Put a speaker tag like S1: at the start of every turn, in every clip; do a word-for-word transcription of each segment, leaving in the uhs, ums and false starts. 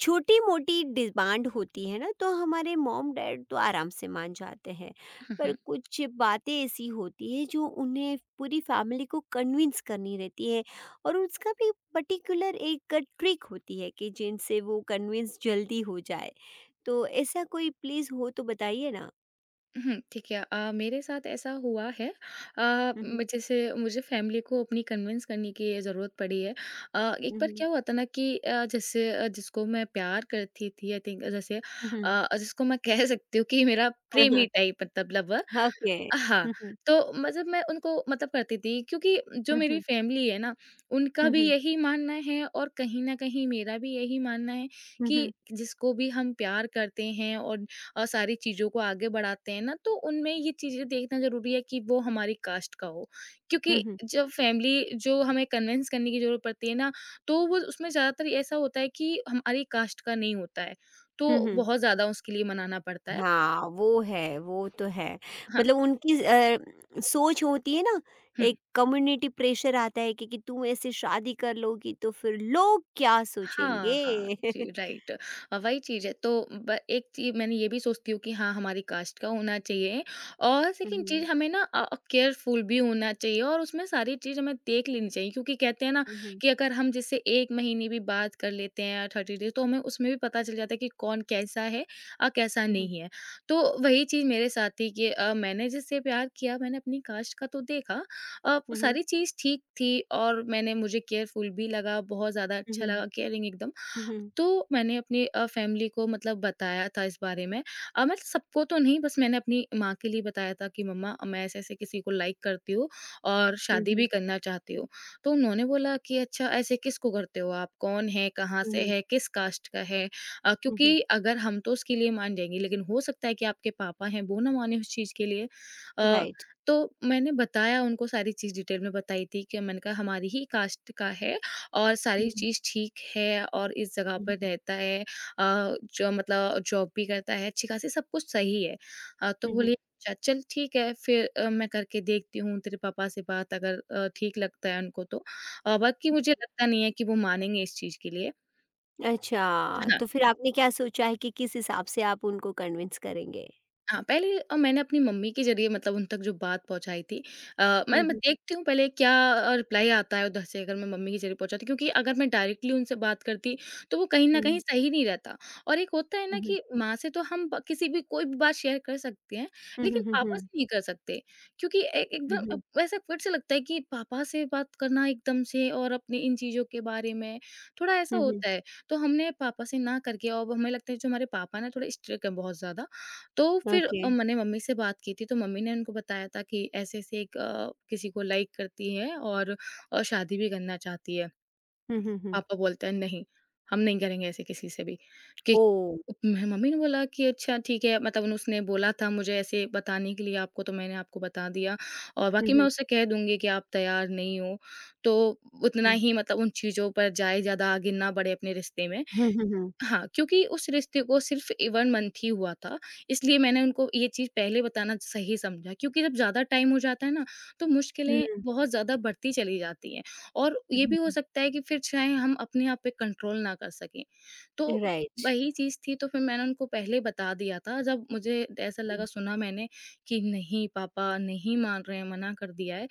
S1: छोटी मोटी डिमांड होती है ना, तो हमारे मॉम डैड तो आराम से मान जाते हैं। पर
S2: हुँ,
S1: कुछ बातें ऐसी होती है जो उन्हें पूरी फैमिली को कन्विंस करनी रहती है। और उसका भी पर्टिकुलर एक ट्रिक होती है कि जिनसे वो कन्विंस जल्दी हो जाए। तो ऐसा कोई प्लीज हो तो बताइए ना।
S2: हुँ, ठीक है। अ, मेरे साथ ऐसा हुआ है अ, म
S1: हम्म
S2: जैसे मुझे फैमिली को अपनी कन्विंस करने की ज़रूरत पड़ी है। अ, एक बार
S1: हम्म
S2: क्या हुआ था ना कि अ, जैसे अ, जिसको मैं प्यार करती थी आई थिंक जैसे
S1: हम्म
S2: अ, जिसको मैं कह सकती हूँ कि मेरा प्रेमी
S1: हम्म,
S2: टाइप मतलब।
S1: ओके।
S2: हाँ,
S1: हम्म हम्म
S2: तो मतलब मैं उनको मतलब करती थी क्योंकि जो मेरी
S1: हम्म
S2: फैमिली है ना, उनका भी
S1: हम्म
S2: यही मानना है और कहीं न कहीं मेरा भी यही मानना है
S1: हम्म
S2: कि
S1: हम्म
S2: जिसको भी हम प्यार करते हैं और अ, सारी चीज़ों को आगे बढ़ाते हैं ना, तो उनमें ये चीज़ें देखना ज़रूरी है कि वो हमारी कास्ट का हो। क्योंकि
S1: हम्म
S2: जब फैमिली जो हमें कन्विंस करने की ज़रूरत पड़ती है ना, तो वो उसमें ज़्यादातर ऐसा होता है कि हमारी कास्ट का नहीं होता है, तो
S1: हम्म।
S2: बहुत ज़्यादा उसके लिए मनाना पड़ता है।
S1: हाँ, वो है, वो तो है।
S2: हाँ,
S1: मतलब उनकी अ, सोच होती है ना,
S2: हुँ।
S1: एक कम्युनिटी प्रेशर आता है कि कि तुम ऐसे शादी कर लोगी तो फिर लोग क्या
S2: हाँ, हाँ,
S1: सोचेंगे?
S2: जी, राइट। अ, वही चीज़ है तो ब एक चीज़ मैंने ये भी सोचती हूँ कि हाँ, हमारी कास्ट का होना चाहिए और
S1: हुँ,
S2: सेकंड चीज़
S1: हुँ।
S2: हमें ना अ अ, केयरफुल भी होना चाहिए और उसमें सारी चीज़ हमें देख लेनी चाहिए क्योंकि कहते हैं ना
S1: हुँ, हुँ।
S2: कि अगर हम जैसे एक महीने भी बात कर लेते हैं या तीस डेज़ तो हमें उसमें भी पता चल जाता है कि कौन कैसा है और कैसा
S1: हुँ, हुँ।
S2: नहीं है। तो वही चीज़ मेरे साथ थी कि अ, मैंने जिससे प्यार किया मैंने अपनी कास्ट का तो देखा। अ,
S1: हुँ, हुँ।
S2: सारी चीज़ ठीक थी और मैंने मुझे केयरफुल भी लगा, बहुत ज़्यादा
S1: हुँ,
S2: अच्छा
S1: हुँ।
S2: लगा, केयरिंग एकदम।
S1: हुँ, हुँ।
S2: तो मैंने अपनी अ, फैमिली को मतलब बताया था इस बारे में। अ, मतलब सबको तो नहीं, बस मैंने अपनी माँ के लिए बताया था कि मम्मा, अ, मैं ऐसे-ऐसे किसी को लाइक करती हूँ और
S1: हुँ,
S2: शादी भी
S1: हुँ।
S2: करना चाहती हूँ। तो उन्होंने बोला कि अच्छा ऐसे किसको करते हो आप? कौन है? कहाँ
S1: हुँ,
S2: से
S1: हुँ।
S2: है? किस कास्ट का है? अ,
S1: हुँ, हुँ।
S2: क्योंकि अगर हम तो उसके लिए मान जाएँगे लेकिन हो सकता है कि आपके पापा हैं वो ना माने उस चीज़ के लिए। अ,
S1: राइट।
S2: तो मैंने बताया उनको, सारी चीज़ डिटेल में बताई थी कि मैंने कहा हमारी ही कास्ट का है और
S1: हुँ,
S2: सारी
S1: हुँ।
S2: चीज़ ठीक है और इस जगह
S1: हुँ,
S2: पर
S1: हुँ।
S2: रहता है, अ, जो मतलब जॉब भी करता है, अच्छी-खासी सब कुछ सही है। अ, तो
S1: हुँ, हुँ।
S2: बोली अच्छा चल ठीक है फिर, अ, मैं करके देखती हूँ तेरे पापा से बात अगर अ, ठीक लगता है उनको तो। अ, बाकी मुझे लगता नहीं है कि वो मानेंगे इस चीज़ के लिए।
S1: अच्छा, तो फिर आपने क्या सोचा है कि किस हिसाब से आप उनको कन्विंस करेंगे?
S2: हाँ, पहले अ, मैंने अपनी मम्मी के ज़रिए मतलब उन तक जो बात पहुँचाई थी, अ, मैं
S1: हुँ,
S2: मैं
S1: हुँ।
S2: देखती हूँ पहले क्या अ, रिप्लाई आता है उधर से अगर मैं मम्मी के ज़रिए पहुँचाती, क्योंकि अगर मैं डायरेक्टली उनसे बात करती तो वो कहीं न
S1: हुँ,
S2: कहीं
S1: हुँ।
S2: सही नहीं रहता। और एक होता है ना
S1: हुँ, हुँ।
S2: कि माँ से तो हम ब किसी भी कोई भी बात शेयर कर सकते हैं,
S1: हुँ,
S2: लेकिन
S1: हुँ, हुँ,
S2: पापा से
S1: हुँ।
S2: नहीं कर सकते क्योंकि ए
S1: हुँ,
S2: एकदम अब
S1: हुँ।
S2: वैसा फिर से लगता है कि पापा से बात करना एकदम से और अपनी इन चीज़ों के बारे में, थोड़ा ऐसा
S1: हुँ, हुँ।
S2: होता है। तो हमने पापा से ना करके, अब हमें लगता है जो हमारे पापा ना थोड़े स्ट्रिक्ट हैं बहुत ज़्यादा, तो फिर
S1: ओके।
S2: अ, मैंने मम्मी से बात की थी, तो मम्मी ने उनको बताया था कि ऐसे-ऐसे एक अ, किसी को लाइक करती है और अ, शादी भी करना चाहती है।
S1: हुँ, हुँ, हुँ।
S2: पापा बोलते हैं, "नहीं, हम नहीं करेंगे ऐसे किसी से भी।" कि
S1: ओह!
S2: मैं मम्मी ने बोला कि अच्छा ठीक है, मतलब उन- उसने बोला था मुझे ऐसे बताने के लिए आपको, तो मैंने आपको बता दिया और
S1: Hı
S2: बाकी मैं
S1: hı.
S2: उसे कह दूँगी कि आप तैयार नहीं हो, तो उतना
S1: Hı.
S2: ही मतलब उन चीज़ों पर जाए, ज़्यादा आगे ना बढ़े अपने रिश्ते में।
S1: Hı hı hı.
S2: हाँ, क्योंकि उस रिश्ते को सिर्फ़ ए एक मंथ ही हुआ था, इसलिए मैंने उनको ये चीज़ पहले बताना सही समझा क्योंकि जब ज़्यादा टाइम हो जाता है ना, तो
S1: Hıı.
S2: मुश्किलें बहुत ज़्यादा बढ़ती चली जाती हैं और
S1: Hı
S2: ये
S1: hı
S2: भी हो
S1: hı.
S2: सकता है कि फिर चाहे हम अपने आप पे कंट्रोल ना कर सकें। तो
S1: Right.
S2: वही चीज़ थी तो फिर मैंने उनको पहले बता दिया था जब मुझे ऐसा
S1: Hı.
S2: लगा सुना मैंने कि नहीं पापा नहीं मान रहे हैं, मना कर दिया है,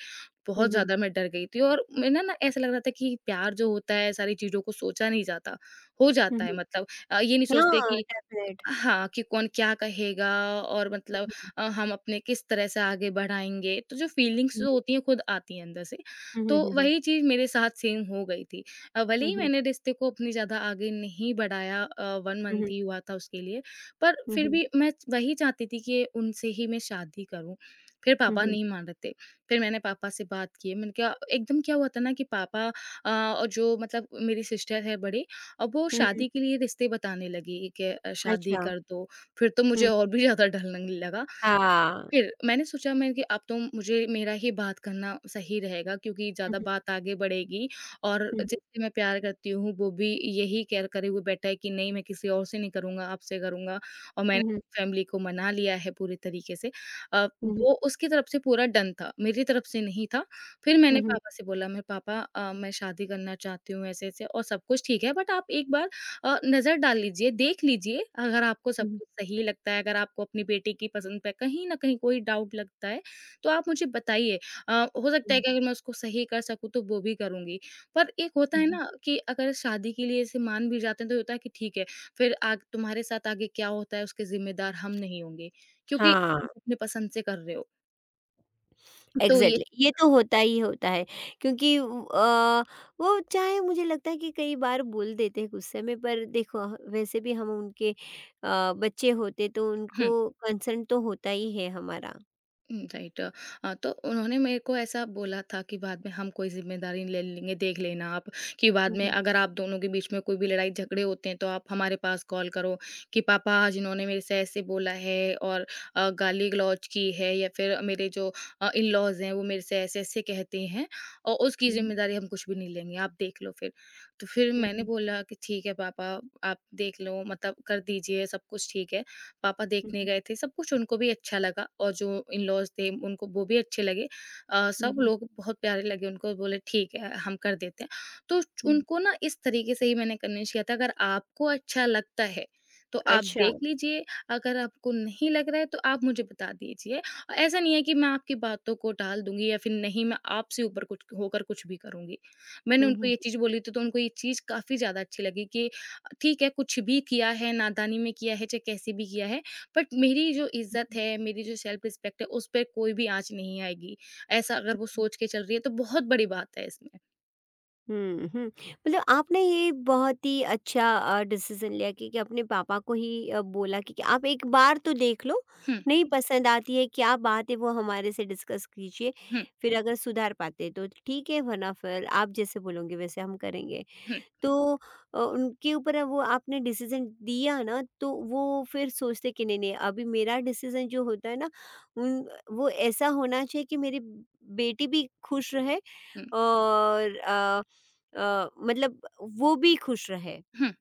S1: Hı
S2: बहुत
S1: hı.
S2: ज़्यादा मैं डर गई थी और मैं ना ना ऐसा लग रहा था कि प्यार जो होता है सारी चीज़ों को सोचा नहीं जाता। हो
S1: Hı
S2: जाता
S1: hı.
S2: है मतलब, अ, ये नहीं सोचते
S1: Yeah,
S2: कि
S1: definite.
S2: हाँ, कि कौन क्या कहेगा और मतलब
S1: Hı
S2: अ, हम अपने किस तरह से आगे बढ़ाएँगे, तो जो फीलिंग्स
S1: hı.
S2: जो होती हैं खुद आती हैं अंदर से।
S1: Hı
S2: तो
S1: hı.
S2: वही चीज़ मेरे साथ सेम हो गई थी। अ, भले
S1: Hı
S2: ही
S1: hı.
S2: मैंने रिश्ते को अपनी ज़्यादा आगे नहीं बढ़ाया, अ, एक
S1: Hı hı.
S2: Month
S1: Hı hı.
S2: ही हुआ था उसके लिए, पर
S1: Hı
S2: फिर
S1: hı.
S2: भी मैं वही चाहती थी कि उनसे ही मैं शादी करूँ। फिर
S1: Hı
S2: पापा
S1: hı.
S2: नहीं मान रहे थे। फिर मैंने पापा से बात की है, मैंने कहा एकदम क्या हुआ था ना कि पापा, अ, और जो मतलब मेरी सिस्टर है बड़ी, अब वो
S1: Hı hı।
S2: शादी के लिए रिश्ते बताने लगी कि अ, शादी
S1: अच्छा।
S2: कर दो, फिर तो मुझे
S1: हुँ।
S2: और भी ज़्यादा डर लगने लगा।
S1: हाँ।
S2: फिर मैंने सोचा मैं कि अब तो मुझे मेरा ही बात करना सही रहेगा क्योंकि
S1: हुँ,
S2: ज़्यादा
S1: हुँ।
S2: बात आगे बढ़ेगी और
S1: हुँ, हुँ।
S2: जिससे मैं प्यार करती हूँ वो भी यही कह करे हुए बैठा है कि नहीं मैं किसी और से नहीं करूँगा, आपसे करूँगा और मैंने
S1: हुँ, हुँ।
S2: फैमिली को मना लिया है पूरे तरीके से। अ,
S1: हुँ,
S2: वो उसकी तरफ से पूरा डन था, मेरी तरफ से नहीं था। फिर मैंने
S1: हुँ।
S2: पापा से बोला, मैं पापा अ, मैं शादी करना चाहती हूँ ऐसे-ऐसे और सब कुछ ठीक है बट आप एक बार अ, नज़र डाल लीजिए, देख लीजिए, अगर आपको सब
S1: हुँ, हुँ।
S2: कुछ सही लगता है, अगर आपको अपनी बेटी की पसंद पे कहीं न कहीं कोई डाउट लगता है, तो आप मुझे बताइए। अ, हो सकता है कि अगर मैं उसको सही कर सकूँ, तो वो भी करूँगी। पर एक होता
S1: हुँ,
S2: है
S1: हुँ।
S2: ना कि अगर शादी के लिए ऐसे मान भी जाते हैं, तो ये होता है कि ठीक है, फिर आग तुम्हारे साथ आगे क्या होता है, उसके ज़िम्मेदार हम नहीं होंगे, क्योंकि हम
S1: हाँ।
S2: अपनी पसंद से कर रहे हो। तो ये
S1: एग्ज़ैक्टली, ये तो होता ही होता है, क्योंकि उ अ, वो चाहे मुझे लगता है कि कई बार बोल देते हैं गुस्से में, पर देखो वैसे भी हम उनके अ, बच्चे होते तो
S2: हुँ।
S1: उनको कंसर्न तो होता ही है हमारा।
S2: हुँ, राइट। अ, अ, तो उन्होंने मेरे को ऐसा बोला था कि बाद में हम कोई ज़िम्मेदारी ले लेंगे, देख लेना आप कि बाद
S1: हुँ,
S2: में
S1: हुँ।
S2: अगर आप दोनों के बीच में कोई भी लड़ाई झगड़े होते हैं, तो आप हमारे पास कॉल करो कि पापा आज इन्होंने मेरे से ऐसे बोला है और अ, गाली-गलौज की है या फिर मेरे जो अ, इन-लॉज़ हैं, वो मेरे से ऐसे-ऐसे कहते हैं और उसकी
S1: हुँ,
S2: ज़िम्मेदारी हम कुछ भी नहीं लेंगे, आप देख लो फिर। तो फिर
S1: हुँ,
S2: मैंने
S1: हुँ,
S2: बोला कि ठीक है पापा, आप देख लो मतलब कर दीजिए, सब कुछ ठीक है। पापा देखने
S1: हुँ,
S2: गए थे, सब कुछ उनको भी अच्छा लगा और जो इन-लॉज़ थे उनको वो भी अच्छे लगे। अ,
S1: हुँ,
S2: सब
S1: हुँ,
S2: लोग बहुत प्यारे लगे उनको, बोले ठीक है, हम कर देते हैं। तो
S1: हुँ।
S2: उनको ना इस तरीके से ही मैंने कन्विंस किया था, अगर आपको अच्छा लगता है, तो आप
S1: अच्छा।
S2: देख लीजिए, अगर आपको नहीं लग रहा है तो आप मुझे बता दीजिए। और ऐसा नहीं है कि मैं आपकी बातों को टाल दूँगी या फिर नहीं, मैं आपसे ऊपर कुछ होकर कुछ भी करूँगी। मैंने
S1: हुँ,
S2: उनको
S1: हुँ।
S2: ये चीज़ बोली थी तो उनको ये चीज़ काफ़ी ज़्यादा अच्छी लगी कि ठीक है, कुछ भी किया है, नादानी में किया है, चाहे कैसे भी किया है, बट मेरी जो इज़्ज़त है, मेरी जो सेल्फ रिस्पेक्ट है, उस पे कोई भी आँच नहीं आएगी। ऐसा अगर वो सोच के चल रही है, तो बहुत बड़ी बात है इसमें।
S1: हुँ, हुँ। मतलब आपने ये बहुत ही अच्छा अ, डिसीज़न लिया कि कि अपने पापा को ही अ, बोला कि कि आप एक बार तो देख लो,
S2: हुँ,
S1: नहीं पसंद आती है, क्या बात है वो हमारे से डिस्कस कीजिए,
S2: हुँ,
S1: फिर अगर सुधार पाते तो ठीक है, वरना फिर आप जैसे बोलोगे वैसे हम करेंगे।
S2: हुँ,
S1: तो अ, उनके ऊपर अब वो आपने डिसीजन दिया ना, तो वो फिर सोचते कि नहीं नहीं, अभी मेरा डिसीजन जो होता है ना, उन वो ऐसा होना चाहिए कि मेरी बेटी भी खुश रहे
S2: हुँ,
S1: और अ, अ, मतलब वो भी खुश रहे,
S2: हुँ।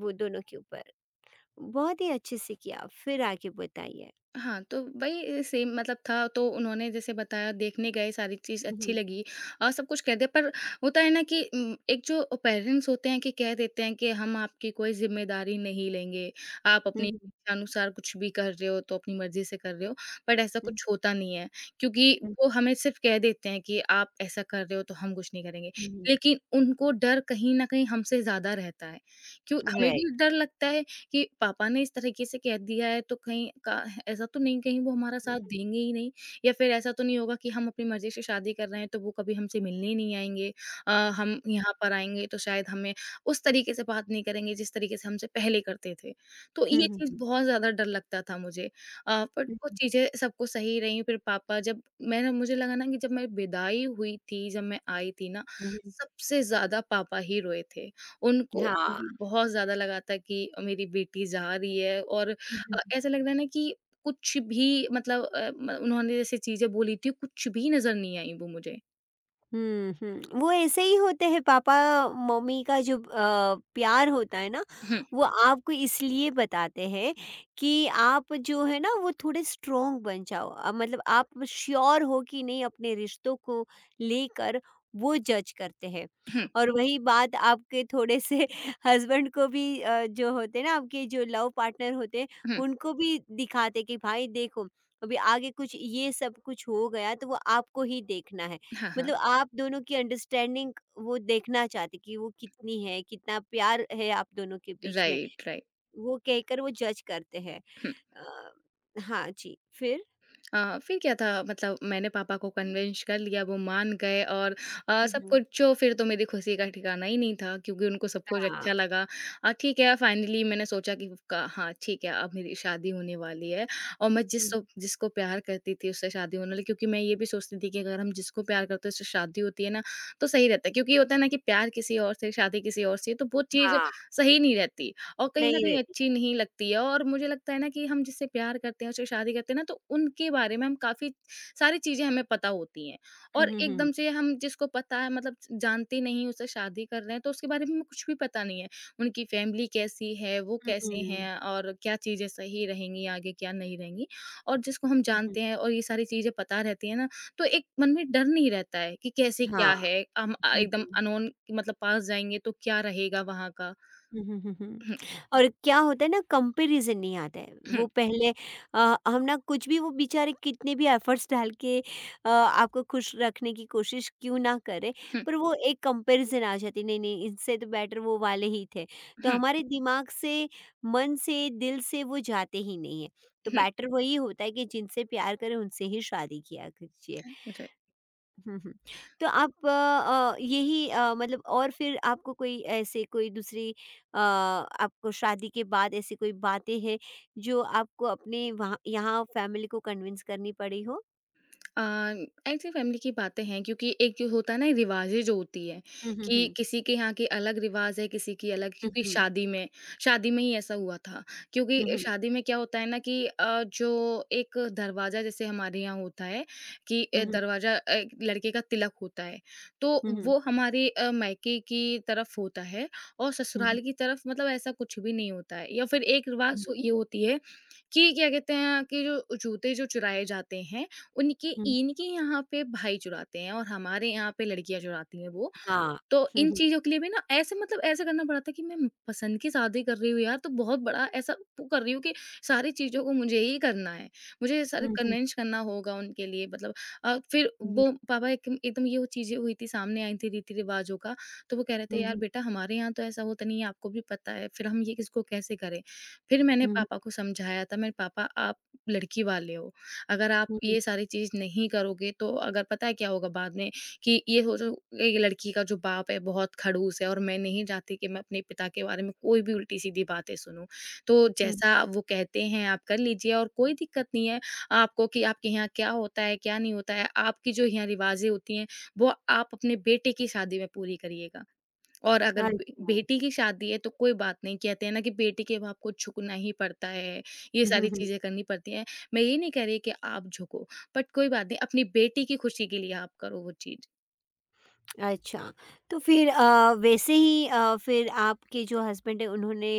S1: वो दोनों के ऊपर बहुत ही अच्छे से किया। फिर आगे बताइए।
S2: हाँ, तो वही सेम मतलब था तो उन्होंने जैसे बताया, देखने गए, सारी चीज़ अच्छी
S1: हम्म,
S2: लगी और सब कुछ कह दिया, पर होता है ना कि उम, एक जो पेरेंट्स होते हैं कि कह देते हैं कि हम आपकी कोई ज़िम्मेदारी नहीं लेंगे, आप अपनी
S1: हम्म,
S2: इच्छानुसार कुछ भी कर रहे हो तो अपनी मर्ज़ी से कर रहे हो, बट ऐसा
S1: हम्म,
S2: कुछ होता नहीं है क्योंकि
S1: हम्म,
S2: वो हमें सिर्फ़ कह देते हैं कि आप ऐसा कर रहे हो तो हम कुछ नहीं करेंगे।
S1: हम्म,
S2: लेकिन उनको डर कहीं न कहीं हमसे ज़्यादा रहता है, क्यों हमें
S1: राइट।
S2: भी डर लगता है कि पापा ने इस तरीके से कह दिया है तो कहीं का ऐसा तो नहीं कहीं वो हमारा साथ
S1: हम्म,
S2: देंगे ही नहीं या फिर ऐसा तो नहीं होगा कि हम अपनी मर्जी से शादी कर रहे हैं तो वो कभी हमसे मिलने ही नहीं आएँगे। अ, हम यहाँ पर आएँगे तो शायद हमें उस तरीके से बात नहीं करेंगे जिस तरीके से हमसे पहले करते थे। तो
S1: हम्म,
S2: ये चीज़
S1: हम्म,
S2: बहुत ज़्यादा डर लगता था मुझे। अ, बट वो
S1: हम्म,
S2: चीज़ें सब कुछ सही रहीं फिर पापा जब मैंने मुझे लगा ना कि जब मैं विदाई हुई थी, जब मैं आई थी ना,
S1: हम्म,
S2: सबसे ज़्यादा पापा ही रोए थे। उनको
S1: हाँ।
S2: भी बहुत ज़्यादा लगा था कि मेरी बेटी जा रही है और अ, ऐसा लग रहा है ना कि कुछ भी मतलब अ, म उन्होंने जैसे चीज़ें बोली थी, कुछ भी नज़र नहीं आई वो मुझे।
S1: हुँ, हुँ। वो ऐसे ही होते हैं, पापा-मम्मी का जो अ, प्यार होता है ना,
S2: हुँ,
S1: वो आपको इसलिए बताते हैं कि आप जो है ना, वो थोड़े स्ट्रॉन्ग बन जाओ। अ, मतलब आप श्योर हो कि नहीं अपने रिश्तों को लेकर, वो जज करते हैं।
S2: हुँ,
S1: और वही बात आपके थोड़े से हस्बैंड को भी, अ, जो होते हैं ना आपके, जो लव पार्टनर होते हैं,
S2: हुँ।
S1: उनको भी दिखाते कि भाई देखो, अभी आगे कुछ ये सब कुछ हो गया तो वो आपको ही देखना है।
S2: हाँ, हाँ।
S1: मतलब आप दोनों की अंडरस्टैंडिंग वो देखना चाहते कि वो कितनी है, कितना प्यार है आप दोनों के बीच में,
S2: राइट, राइट।
S1: वो कहकर वो जज करते हैं।
S2: हुँ।
S1: अ, हाँ जी, फिर?
S2: अ, फिर क्या था मतलब मैंने पापा को कन्विंस कर लिया, वो मान गए और अ,
S1: हुँ,
S2: सब कुछ
S1: हुँ।
S2: जो, फिर तो मेरी खुशी का ठिकाना ही नहीं था क्योंकि उनको सब कुछ अच्छा
S1: हाँ,
S2: लगा। अ, ठीक है, फाइनली मैंने सोचा कि का, हाँ ठीक है अब मेरी शादी होने वाली है और मैं जिस
S1: हुँ,
S2: जिसको प्यार करती थी उससे शादी होने वाली, क्योंकि मैं ये भी सोचती थी कि अगर हम जिसको प्यार करते हैं उससे शादी होती है ना, तो सही रहता है, क्योंकि ये होता है ना कि प्यार किसी और से, शादी किसी और से, तो वो चीज़
S1: हाँ,
S2: सही नहीं रहती और कहीं न
S1: नहीं
S2: कहीं
S1: रहती।
S2: अच्छी नहीं लगती है। और मुझे लगता है ना कि हम जिससे प्यार करते हैं, उससे शादी करते हैं ना, तो उनके बारे में हम काफ़ी सारी चीज़ें हमें पता होती हैं।
S1: हुँ,
S2: और
S1: हुँ, हुँ।
S2: एकदम से हम जिसको पता है, मतलब जानते नहीं, उससे शादी कर रहे हैं, तो उसके बारे में हमें कुछ भी पता नहीं है। उनकी फैमिली कैसी है, वो
S1: हुँ,
S2: कैसे
S1: हुँ,
S2: हैं और क्या चीज़ें सही रहेंगी आगे, क्या नहीं रहेंगी। और जिसको हम
S1: हुँ, हुँ।
S2: जानते हैं और ये सारी चीज़ें पता रहती हैं ना, तो एक मन में डर नहीं रहता है कि कैसे
S1: हाँ,
S2: क्या है। हम अ,
S1: हुँ,
S2: एकदम
S1: हुँ।
S2: अननोन मतलब पास जाएँगे तो क्या रहेगा वहाँ का?
S1: हुँ, हुँ, हुँ, हुँ। और क्या होता है ना, कंपैरिज़न नहीं आता है। वो पहले अ, हम ना कुछ भी, वो बेचारे कितने भी एफ़र्ट्स डाल के अ, आपको खुश रखने की कोशिश क्यों ना करें, पर वो एक कंपैरिज़न आ जाती है, नहीं-नहीं इनसे तो बेटर वो वाले ही थे। तो हमारे दिमाग से, मन से, दिल से वो जाते ही नहीं है। तो बेटर वही होता है कि जिनसे प्यार करें उनसे ही शादी किया कीजिए।
S2: Okay।
S1: हुँ, हुँ। तो आप अ, अ, यही अ, मतलब, और फिर आपको कोई ऐसे कोई दूसरी अ, आपको शादी के बाद ऐसी कोई बातें हैं जो आपको अपने वहाँ यहाँ फैमिली को कन्विंस करनी पड़ी हो?
S2: ऐसी फैमिली की बातें हैं, क्योंकि एक जो होता है ना रिवाजें जो होती है
S1: हुँ, हुँ,
S2: कि
S1: हुँ।
S2: किसी के यहाँ की अलग रिवाज है, किसी की अलग।
S1: हुँ,
S2: क्योंकि
S1: हुँ।
S2: शादी में शादी में ही ऐसा हुआ था, क्योंकि
S1: हुँ, हुँ।
S2: शादी में क्या होता है ना कि अ, जो एक दरवाजा जैसे हमारे यहाँ होता है कि
S1: हुँ,
S2: अ,
S1: हुँ।
S2: दरवाजा, अ, एक लड़के का तिलक होता है, तो
S1: हुँ, हुँ।
S2: वो हमारे अ, मायके की तरफ होता है। और
S1: हुँ, हुँ।
S2: ससुराल की तरफ मतलब ऐसा कुछ भी नहीं होता है। या फिर एक रिवाज
S1: हुँ, हुँ।
S2: ये होती है कि क्या कहते हैं कि जो जूते जो चुराए जाते हैं उनके,
S1: हुँ, हुँ।
S2: इनके यहाँ पे भाई चुराते हैं और हमारे यहाँ पे लड़कियाँ चुराती हैं वो।
S1: हाँ।
S2: तो
S1: हुँ,
S2: इन
S1: हुँ।
S2: चीज़ों के लिए भी ना ऐसे मतलब ऐसे करना पड़ा था कि मैं पसंद की शादी कर रही हूँ यार, तो बहुत बड़ा ऐसा वो कर रही हूँ कि सारी चीज़ों को मुझे ही करना है। मुझे सारे
S1: हुँ, हुँ।
S2: कन्विंस करना होगा उनके लिए, मतलब अ, फिर
S1: हुँ, हुँ।
S2: वो पापा एक एकदम ये वो चीज़ें हुई थी, सामने आई थी रीति-रिवाज़ों का, तो वो कह रहे थे,
S1: हुँ,
S2: "यार
S1: हुँ।
S2: बेटा हमारे यहाँ तो ऐसा होता नहीं है, आपको भी पता है, फिर हम ये किसको कैसे करें?" फिर मैंने
S1: हुँ, हुँ।
S2: पापा को समझाया था, मेरे पापा आप लड़की वाले हो, अगर आप
S1: हुँ, हुँ।
S2: ये सारी चीज़ नहीं करोगे तो अगर पता है क्या होगा बाद में कि ये हो जो ये लड़की का जो बाप है बहुत खड़ूस है। और मैं नहीं चाहती कि मैं अपने पिता के बारे में कोई भी उल्टी-सीधी बातें सुनूँ। तो
S1: हुँ, हुँ।
S2: जैसा वो कहते हैं आप कर लीजिए और कोई दिक्कत नहीं है आपको कि आपके यहाँ क्या होता है, क्या नहीं होता है। आपकी जो यहाँ रिवाज़ें होती हैं वो आप अपने बेटे की शादी में पूरी करिएगा। और अगर बे
S1: अच्छा।
S2: बेटी की शादी है तो कोई बात नहीं। कहते हैं ना कि बेटी के बाप को झुकना ही पड़ता है, ये
S1: हुँ, हुँ,
S2: सारी
S1: हुँ।
S2: चीज़ें करनी पड़ती हैं। मैं ये नहीं कह रही कि आप झुको, बट कोई बात नहीं, अपनी बेटी की खुशी के लिए आप करो वो चीज़।
S1: अच्छा, तो फिर अ, वैसे ही अ, फिर आपके जो हस्बैंड हैं उन्होंने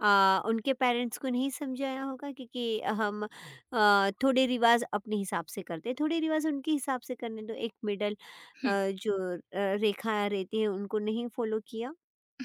S1: अ, उनके पेरेंट्स को नहीं समझाया होगा, क्योंकि हम अ, थोड़े रिवाज अपने हिसाब से करते हैं, थोड़े रिवाज उनके हिसाब से करने दो, एक मिडल अ,
S2: हुँ।
S1: जो अ, रेखा रहती है उनको नहीं फॉलो किया?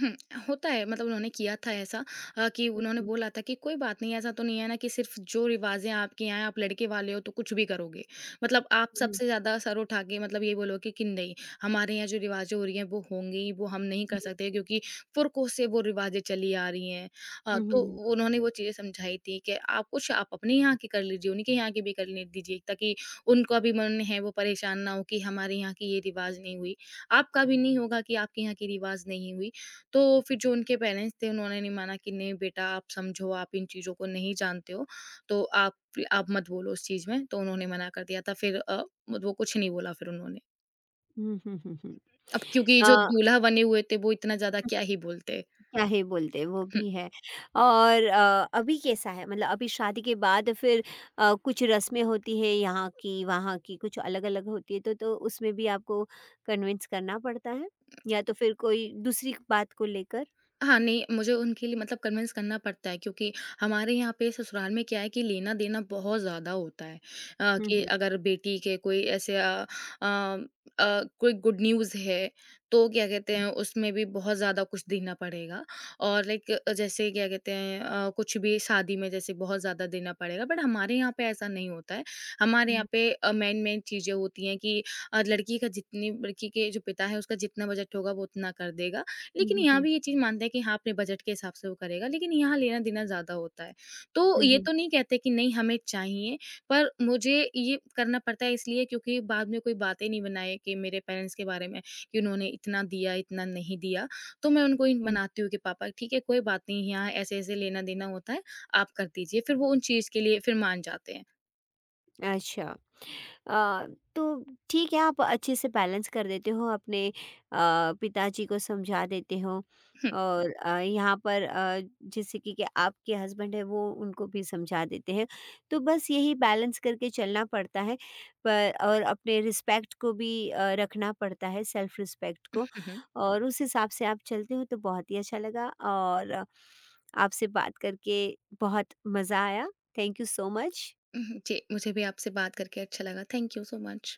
S2: हम्म, होता है, मतलब उन्होंने किया था ऐसा। अ, कि
S1: हुँ,
S2: उन्होंने
S1: हुँ।
S2: बोला था कि कोई बात नहीं, ऐसा तो नहीं है ना कि सिर्फ जो रिवाजें आपके यहाँ हैं, आप लड़के वाले हो तो कुछ भी करोगे। मतलब आप
S1: हुँ, हुँ।
S2: सबसे ज्यादा सर उठा के मतलब ये बोलोगे कि नहीं, हमारे यहाँ जो रिवाजें हो रही हैं वो होंगी ही, वो हम नहीं कर सकते क्योंकि पुरखों से वो रिवाजें चली आ रही हैं। अ,
S1: हुँ, हुँ,
S2: तो
S1: हुँ।
S2: उन्होंने वो चीजें समझाई थी कि आप कुछ आप अपने यहाँ की कर लीजिए, उनके यहाँ की भी कर ले दीजिए, ताकि उनका भी मन है वो परेशान ना हो कि हमारे यहाँ की ये रिवाज नहीं हुई, आपका भी नहीं होगा कि आपके यहाँ की रिवाज नहीं हुई। तो फिर जो उनके पेरेंट्स थे उन्होंने नहीं माना कि नहीं बेटा आप समझो, आप इन चीज़ों को नहीं जानते हो, तो आप आप मत बोलो उस चीज़ में। तो उन्होंने मना कर दिया था फिर। अ, वो कुछ नहीं बोला फिर उन्होंने।
S1: हुँ, हुँ, हुँ, हुँ।
S2: अब क्योंकि
S1: अ
S2: जो दूल्हा बने हुए थे वो इतना ज़्यादा क्या ही बोलते।
S1: क्या ही बोलते वो भी है। और अ, अभी कैसा है, मतलब अभी शादी के बाद फिर अ, कुछ रस्में होती है यहाँ की वहाँ की कुछ अलग-अलग होती है, तो तो उसमें भी आपको कन्विंस करना पड़ता है? या तो फिर कोई दूसरी बात को लेकर?
S2: हाँ, नहीं, मुझे उनके लिए मतलब कन्विंस करना पड़ता है क्योंकि हमारे यहाँ पे ससुराल में क्या है कि लेना-देना बहुत ज़्यादा होता है। अ,
S1: हुँ,
S2: कि
S1: हुँ।
S2: अगर बेटी के कोई ऐसे अ अ अ, कोई गुड न्यूज़ है, तो क्या कहते हैं उसमें भी बहुत ज़्यादा कुछ देना पड़ेगा। और लाइक जैसे क्या कहते हैं, अ, कुछ भी शादी में जैसे बहुत ज़्यादा देना पड़ेगा, बट हमारे यहाँ पे ऐसा नहीं होता है। हमारे यहाँ
S1: हुँ,
S2: पे अ, मेन-मेन चीज़ें होती हैं कि अ, लड़की का जितनी लड़की के जो पिता है उसका जितना बजट होगा वो उतना कर देगा।
S1: हुँ,
S2: लेकिन
S1: हुँ,
S2: यहाँ
S1: हुँ,
S2: भी ये चीज़ मानते हैं कि हाँ, अपने बजट के हिसाब से वो करेगा, लेकिन यहाँ लेना-देना ज़्यादा होता है। तो
S1: हुँ,
S2: ये
S1: हुँ,
S2: तो नहीं कहते कि नहीं हमें चाहिए, पर मुझे ये करना पड़ता है इसलिए क्योंकि बाद में कोई बातें नहीं बनाए कि मेरे पेरेंट्स के बारे में कि उन्होंने इतना दिया, इतना नहीं दिया। तो मैं उनको ही
S1: हुँ।
S2: मनाती हूँ कि पापा ठीक है कोई बात नहीं, यहाँ ऐसे-ऐसे लेना-देना होता है, आप कर दीजिए। फिर वो उन चीज़ के लिए फिर मान जाते हैं।
S1: अच्छा। अ, तो ठीक है, आप अच्छे से बैलेंस कर देते हो अपने अ, पिताजी को समझा देते हो,
S2: हुँ,
S1: और अ, यहाँ पर अ, जैसे कि, कि आपके हस्बैंड है वो उनको भी समझा देते हैं, तो बस यही बैलेंस करके चलना पड़ता है, पर और अपने रिस्पेक्ट को भी अ, रखना पड़ता है, सेल्फ रिस्पेक्ट को।
S2: हुँ, हुँ,
S1: और उस हिसाब से आप चलते हो, तो बहुत ही अच्छा लगा। और अ, आपसे बात करके बहुत मज़ा आया। Thank you so much.
S2: हुँ, जी, मुझे भी आपसे बात करके अच्छा लगा। Thank you so much.